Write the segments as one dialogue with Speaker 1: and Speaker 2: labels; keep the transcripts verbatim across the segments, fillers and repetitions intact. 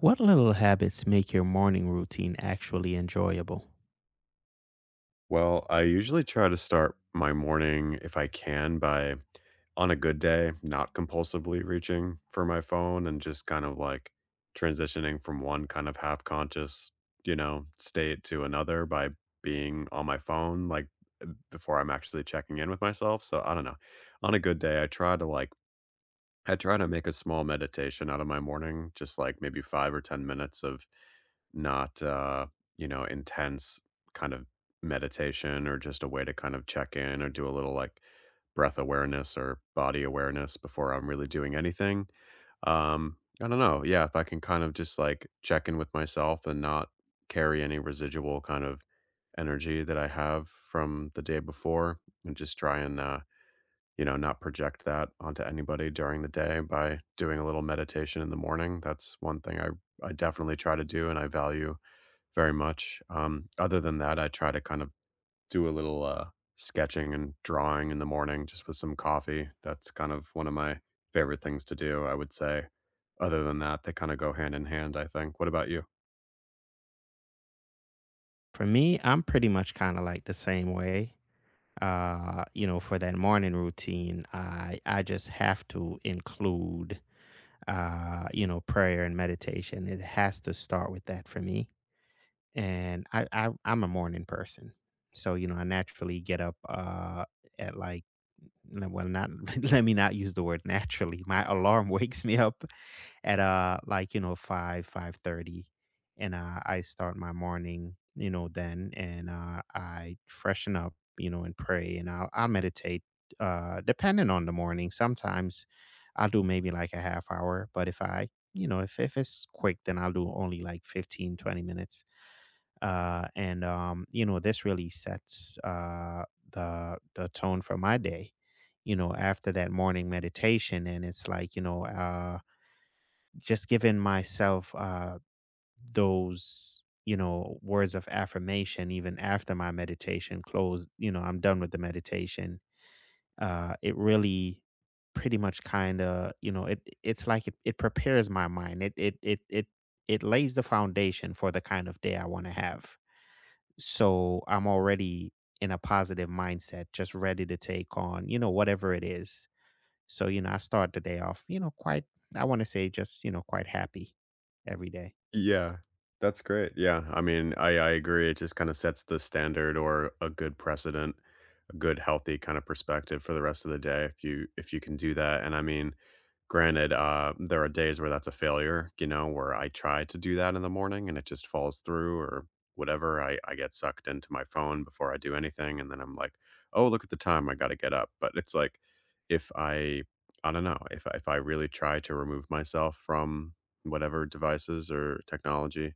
Speaker 1: What little habits make your morning routine actually enjoyable?
Speaker 2: Well, I usually try to start my morning if I can by, on a good day, not compulsively reaching for my phone and just kind of like transitioning from one kind of half conscious, you know, state to another by being on my phone, like uh, before I'm actually checking in with myself. So I don't know. On a good day, I try to like, I try to make a small meditation out of my morning, just like maybe five or ten minutes of not, uh, you know, intense kind of meditation or just a way to kind of check in or do a little like breath awareness or body awareness before I'm really doing anything. Um, I don't know. Yeah, if I can kind of just like check in with myself and not carry any residual kind of energy that I have from the day before and just try and, uh, you know, not project that onto anybody during the day by doing a little meditation in the morning. That's one thing I, I definitely try to do and I value very much. Um, other than that, I try to kind of do a little uh, sketching and drawing in the morning just with some coffee. That's kind of one of my favorite things to do, I would say. Other than that, they kind of go hand in hand, I think. What about you?
Speaker 1: For me, I'm pretty much kind of like the same way. Uh, you know, for that morning routine, I I just have to include uh, you know, prayer and meditation. It has to start with that for me. And I, I I'm a morning person, so you know I naturally get up uh at like n- well not let me not use the word naturally. My alarm wakes me up at uh like you know five, five thirty, and uh, I start my morning you know then and uh, I freshen up you know and pray and I'll I meditate uh depending on the morning. Sometimes I'll do maybe like a half hour, but if I you know if if it's quick then I'll do only like fifteen, twenty minutes uh, and um, you know this really sets uh, the the tone for my day you know after that morning meditation, and it's like you know uh, just giving myself uh, those you know words of affirmation. Even after my meditation closed, you know, I'm done with the meditation, uh, it really pretty much kind of you know it it's like it, it prepares my mind, it it it it it lays the foundation for the kind of day I want to have, so I'm already in a positive mindset, just ready to take on, you know, whatever it is. So, you know, I start the day off, you know, quite, I want to say just, you know, quite happy every day.
Speaker 2: Yeah, that's great. Yeah, I mean, I I agree. It just kind of sets the standard or a good precedent, a good healthy kind of perspective for the rest of the day if you if you can do that. And I mean, granted, uh, there are days where that's a failure. You know, where I try to do that in the morning and it just falls through or whatever. I I get sucked into my phone before I do anything, and then I'm like, oh, look at the time. I got to get up. But it's like if I I don't know if I- if I really try to remove myself from whatever devices or technology,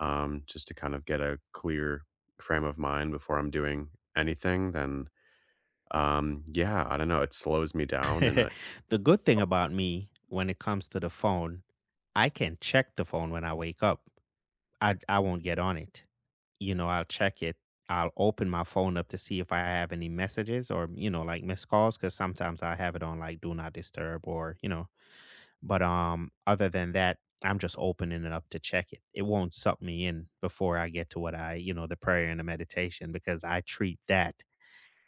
Speaker 2: um, just to kind of get a clear frame of mind before I'm doing anything, then, um, yeah, I don't know, it slows me down and, uh
Speaker 1: The good thing about me when it comes to the phone, I can check the phone when I wake up. I, I won't get on it. You know, I'll check it. I'll open my phone up to see if I have any messages or, you know, like missed calls, because sometimes I have it on like do not disturb or, you know. But, um, other than that, I'm just opening it up to check it. It won't suck me in before I get to what I, you know, the prayer and the meditation, because I treat that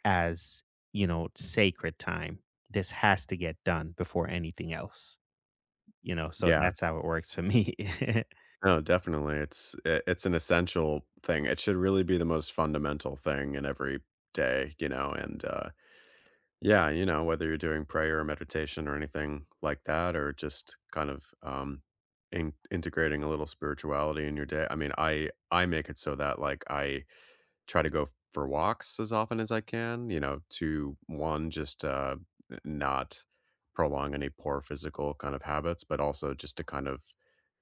Speaker 1: as, you know, sacred time. This has to get done before anything else, you know, so
Speaker 2: yeah,
Speaker 1: that's how it works for me.
Speaker 2: no, definitely, it's i it's an essential thing, it should really be the most fundamental thing in every day, you know, and, uh, yeah, you know, whether you're doing prayer or meditation or anything like that or just kind of, um, in integrating a little spirituality in your day, I mean, I I make it so that, like, I try to go for walks as often as I can, you know, to one, just uh, not prolong any poor physical kind of habits, but also just to kind of,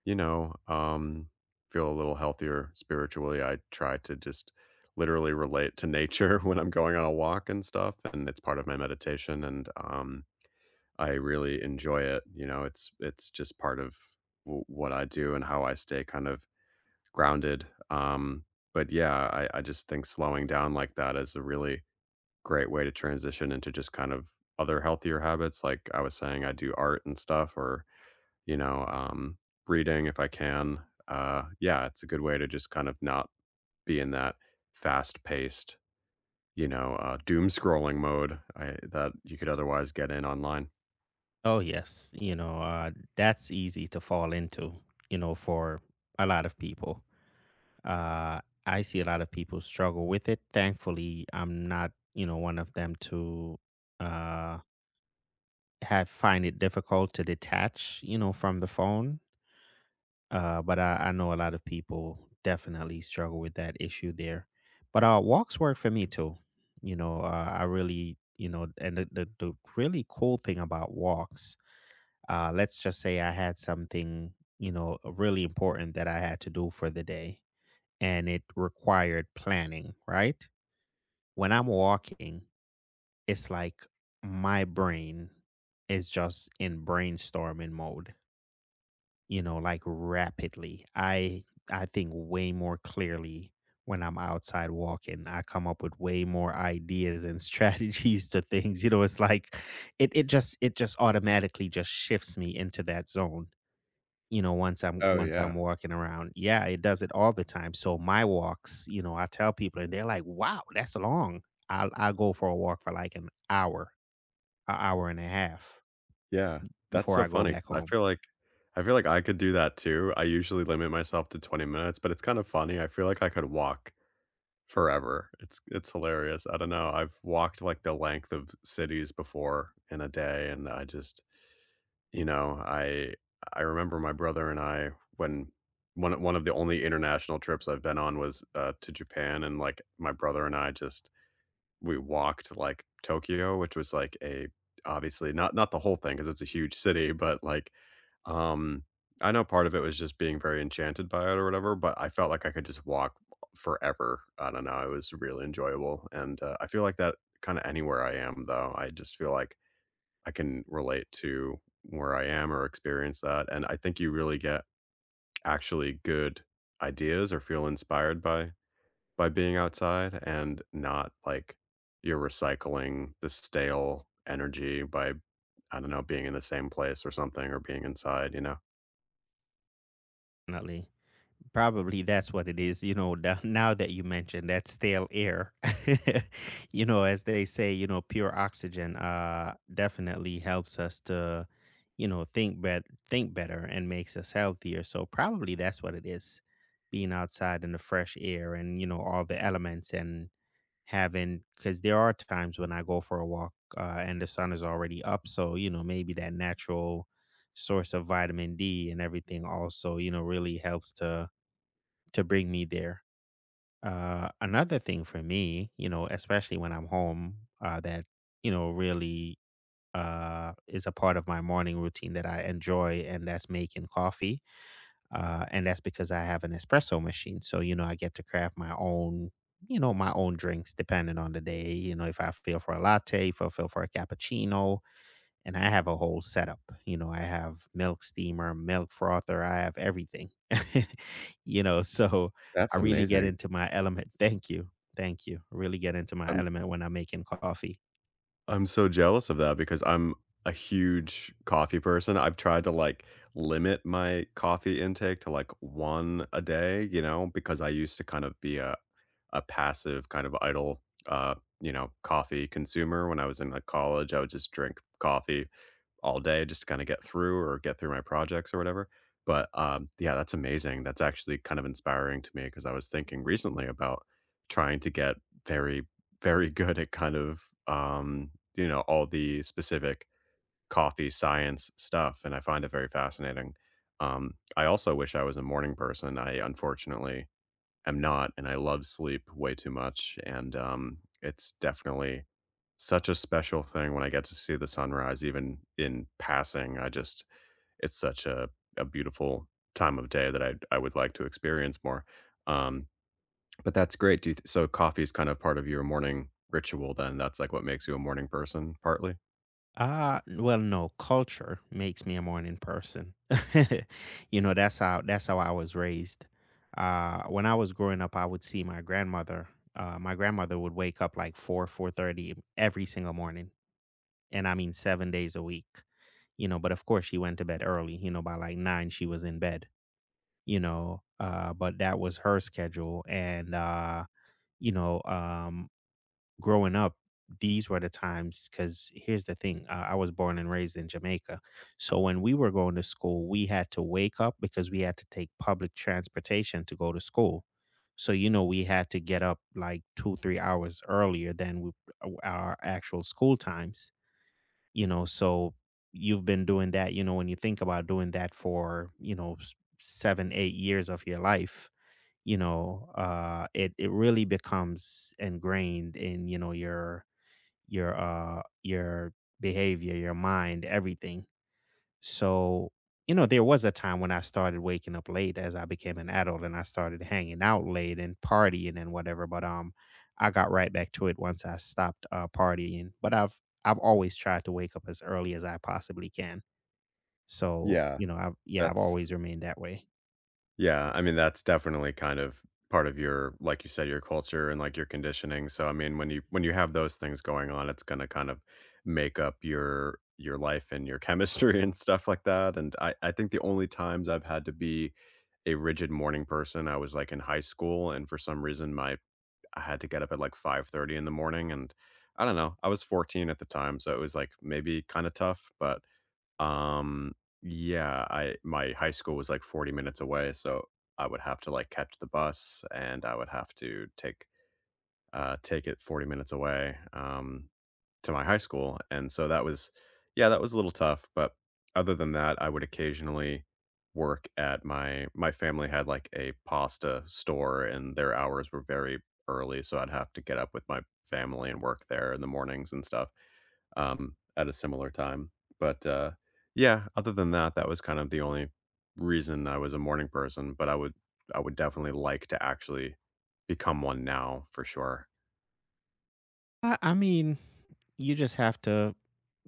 Speaker 2: you know, um, feel a little healthier spiritually. I try to just literally relate to nature when I'm going on a walk and stuff, and it's part of my meditation. And um, I really enjoy it. You know, it's it's just part of w- what I do and how I stay kind of grounded. Um, but yeah, I, I just think slowing down like that is a really great way to transition into just kind of other healthier habits. Like I was saying, I do art and stuff, or you know, um, reading if I can. Uh, yeah, it's a good way to just kind of not be in that fast paced, you know, uh, doom scrolling mode I, that you could otherwise get in online.
Speaker 1: Oh, yes, you know, uh, that's easy to fall into, you know, for a lot of people. Uh, I see a lot of people struggle with it. Thankfully, I'm not, you know, one of them to, uh have find it difficult to detach, you know, from the phone. Uh, but I, I know a lot of people definitely struggle with that issue there. But uh, walks work for me too. You know, uh, I really, you know, and the, the the really cool thing about walks, uh, let's just say I had something, you know, really important that I had to do for the day, and it required planning. Right when I'm walking, it's like my brain is just in brainstorming mode, you know, like rapidly. I I think way more clearly when I'm outside walking. I come up with way more ideas and strategies to things. You know, it's like it it just it just automatically just shifts me into that zone. You know, once I'm
Speaker 2: Oh
Speaker 1: once
Speaker 2: yeah.
Speaker 1: I'm walking around. Yeah, it does it all the time. So my walks, you know, I tell people and they're like, "Wow, that's long." I'll I'll go for a walk for like an hour, an hour and a half
Speaker 2: Yeah, that's
Speaker 1: before
Speaker 2: so
Speaker 1: I go
Speaker 2: funny
Speaker 1: back
Speaker 2: 'cause I
Speaker 1: home.
Speaker 2: feel like I feel like I could do that too. I usually limit myself to twenty minutes, but it's kind of funny. I feel like I could walk forever. It's it's hilarious. I don't know. I've walked like the length of cities before in a day, and I just, you know, I I remember my brother and I when one one of the only international trips I've been on was uh, to Japan, and like my brother and I just we walked, like, Tokyo, which was, like, a obviously not not the whole thing because it's a huge city, but, like, um, I know part of it was just being very enchanted by it or whatever, but I felt like I could just walk forever. I don't know, it was really enjoyable, and, uh, I feel like that kinda anywhere I am, though. I just feel like I can relate to where I am or experience that, and I think you really get actually good ideas or feel inspired by by being outside and not like you're recycling the stale energy by, I don't know, being in the same place or something or being inside, you know?
Speaker 1: Definitely. Probably that's what it is, you know, the now that you mentioned that stale air, you know, as they say, you know, pure oxygen uh definitely helps us to, you know, think bet think better and makes us healthier. So probably that's what it is. Being outside in the fresh air and, you know, all the elements, and having, cuz there are times when I go for a walk uh, and the sun is already up, so, you know, maybe that natural source of vitamin D and everything also, you know, really helps to to bring me there. Uh, another thing for me, you know, especially when I'm home, uh, that you know really uh, is a part of my morning routine that I enjoy, and that's making coffee. Uh, and that's because I have an espresso machine, so you know I get to craft my own, you know, my own drinks depending on the day. You know, if I feel for a latte, if I feel for a cappuccino, and I have a whole setup. You know, I have milk steamer, milk frother, I have everything. You know, so
Speaker 2: That's
Speaker 1: I really get
Speaker 2: amazing.
Speaker 1: into my element. Thank you. Thank you. I really get into my
Speaker 2: I'm
Speaker 1: element when I'm making coffee.
Speaker 2: I'm so jealous of that because I'm a huge coffee person. I've tried to like limit my coffee intake to like one a day, you know, because I used to kind of be a, a passive kind of idle uh, you know, coffee consumer when I was in like college. I would just drink coffee all day just to kind of get through or get through my projects or whatever. But um, yeah, that's amazing. That's actually kind of inspiring to me because I was thinking recently about trying to get very, very good at kind of, um, you know, all the specific coffee science stuff. And I find it very fascinating. Um, I also wish I was a morning person. I unfortunately am not, and I love sleep way too much, and, um, it's definitely such a special thing when I get to see the sunrise even in passing, I just it's such a a beautiful time of day that I I would like to experience more, um, but that's great, do you th so coffee's kind of part of your morning ritual then, that's, like, what makes you a morning person, partly?
Speaker 1: Ah, well, no, culture makes me a morning person. You know, that's how that's how I was raised. Uh, when I was growing up, I would see my grandmother. Uh, my grandmother would wake up like four, four thirty every single morning, and I mean seven days a week. You know, but of course she went to bed early, you know, by like nine she was in bed, you know, uh but that was her schedule, and uh you know, um growing up these were the times, cuz here's the thing, uh, I was born and raised in Jamaica. So when we were going to school, we had to wake up because we had to take public transportation to go to school. So you know, we had to get up like two, three hours earlier than we, uh, our actual school times, you know. So you've been doing that, you know, when you think about doing that for, you know, s seven, eight years of your life, you know, uh, it it really becomes ingrained in, you know, your your, uh your behavior, your mind, everything. So, you know, there was a time when I started waking up late as I became an adult and I started hanging out late and partying and whatever, but um I got right back to it once I stopped uh partying. But I've I've always tried to wake up as early as I possibly can. So,
Speaker 2: Yeah,
Speaker 1: you know, I've yeah, I've
Speaker 2: that's
Speaker 1: always remained that way.
Speaker 2: Yeah, I mean, that's definitely kind of part of your like you said, your culture and, like, your conditioning, so, I mean, when you when you have those things going on, it's gonna kind of make up your your life and your chemistry and stuff like that, and I I think the only times I've had to be a rigid morning person, I was, like, in high school, and for some reason, my I had to get up at, like, five thirty in the morning, and I don't know, I was fourteen at the time, so it was, like, maybe kinda tough, but um, yeah, I my high school was like forty minutes away, so I would have to like catch the bus and I would have to take uh take it forty minutes away um to my high school. And so that was yeah, that was a little tough, but other than that, I would occasionally work at my my family had like a pasta store and their hours were very early, so I'd have to get up with my family and work there in the mornings and stuff um, at a similar time. But, uh, yeah, other than that, that was kind of the only reason I was a morning person, but I would I would definitely like to actually become one now for sure.
Speaker 1: I, I mean, you just have to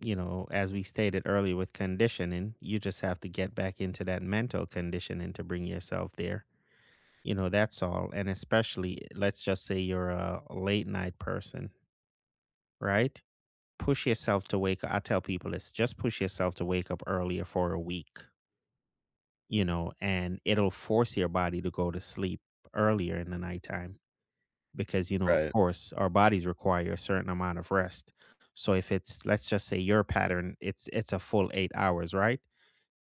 Speaker 1: you know as we stated earlier with conditioning you just have to get back into that mental conditioning to bring yourself there. You know, that's all. And especially, let's just say you're a late night person, right? Push yourself to wake up. I tell people this, just push yourself to wake up earlier for a week, you know, and it'll force your body to go to sleep earlier in the nighttime, because, you know, of
Speaker 2: Right.
Speaker 1: course, our bodies require a certain amount of rest. So if it's, let's just say your pattern, it's it's a full eight hours, right?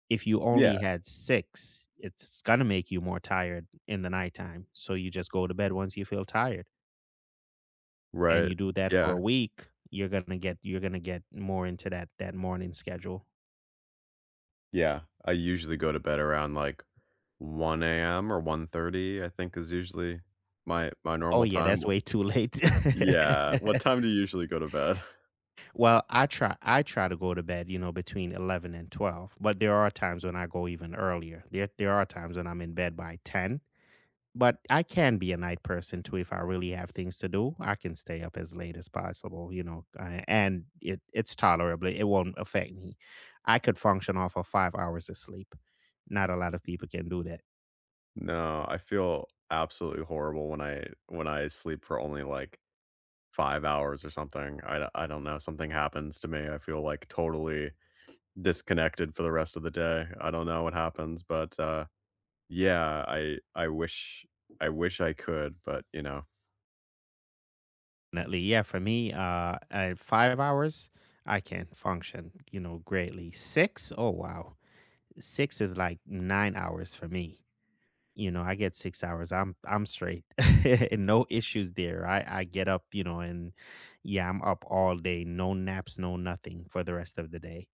Speaker 1: If you
Speaker 2: Yeah.
Speaker 1: only had six, it's going to make you more tired in the nighttime. So you just go to bed once you feel tired. And
Speaker 2: Right.
Speaker 1: you do that for
Speaker 2: Yeah.
Speaker 1: a week, you're gonna get you're gonna get more into that that morning schedule.
Speaker 2: Yeah. I usually go to bed around, like, one a m or one thirty. I think is usually my my
Speaker 1: Oh,
Speaker 2: normal
Speaker 1: yeah,
Speaker 2: time.
Speaker 1: that's
Speaker 2: W
Speaker 1: way too late.
Speaker 2: Yeah. What time do you usually go to bed?
Speaker 1: Well, I try I try to go to bed, you know, between eleven and twelve, but there are times when I go even earlier. There there are times when I'm in bed by ten, but I can be a night person too if I really have things to do. I can stay up as late as possible, you know, a and it it's tolerable. It won't affect me. I could function off of five hours of sleep. Not a lot of people can do that.
Speaker 2: No, I feel absolutely horrible when I when I sleep for only, like five hours or something. I d I don't know, something happens to me. I feel, like, totally disconnected for the rest of the day. I don't know what happens, but, uh, yeah, I I wish I wish I could, but, you know,
Speaker 1: Definitely. Yeah, for me, uh, at five hours, I can function, you know, greatly. Six, oh wow. Six is like nine hours for me. You know, I get six hours. I'm I'm straight. And no issues there. I, I get up, you know, and yeah, I'm up all day, no naps, no nothing for the rest of the day,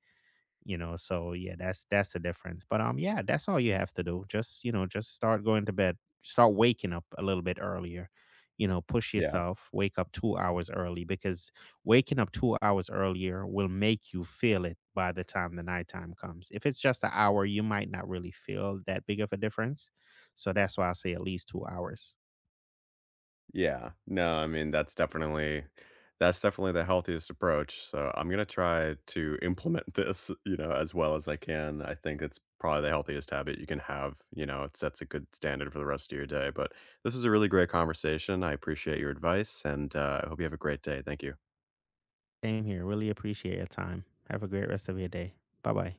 Speaker 1: you know. So yeah, that's that's the difference, but um yeah, that's all you have to do, just you know just start going to bed, start waking up a little bit earlier, you know, push
Speaker 2: yeah.
Speaker 1: yourself, wake up two hours early, because waking up two hours earlier will make you feel it by the time the nighttime comes. If it's just an hour you might not really feel that big of a difference, so that's why I say at least two hours.
Speaker 2: Yeah. No, I mean, that's definitely that's definitely the healthiest approach, so I'm gonna try to implement this, you know, as well as I can. I think it's probably the healthiest habit you can have, you know, it sets a good standard for the rest of your day, but this was a really great conversation. I appreciate your advice, and, uh, I hope you have a great day. Thank you.
Speaker 1: Same here, really appreciate your time. Have a great rest of your day. Bye bye.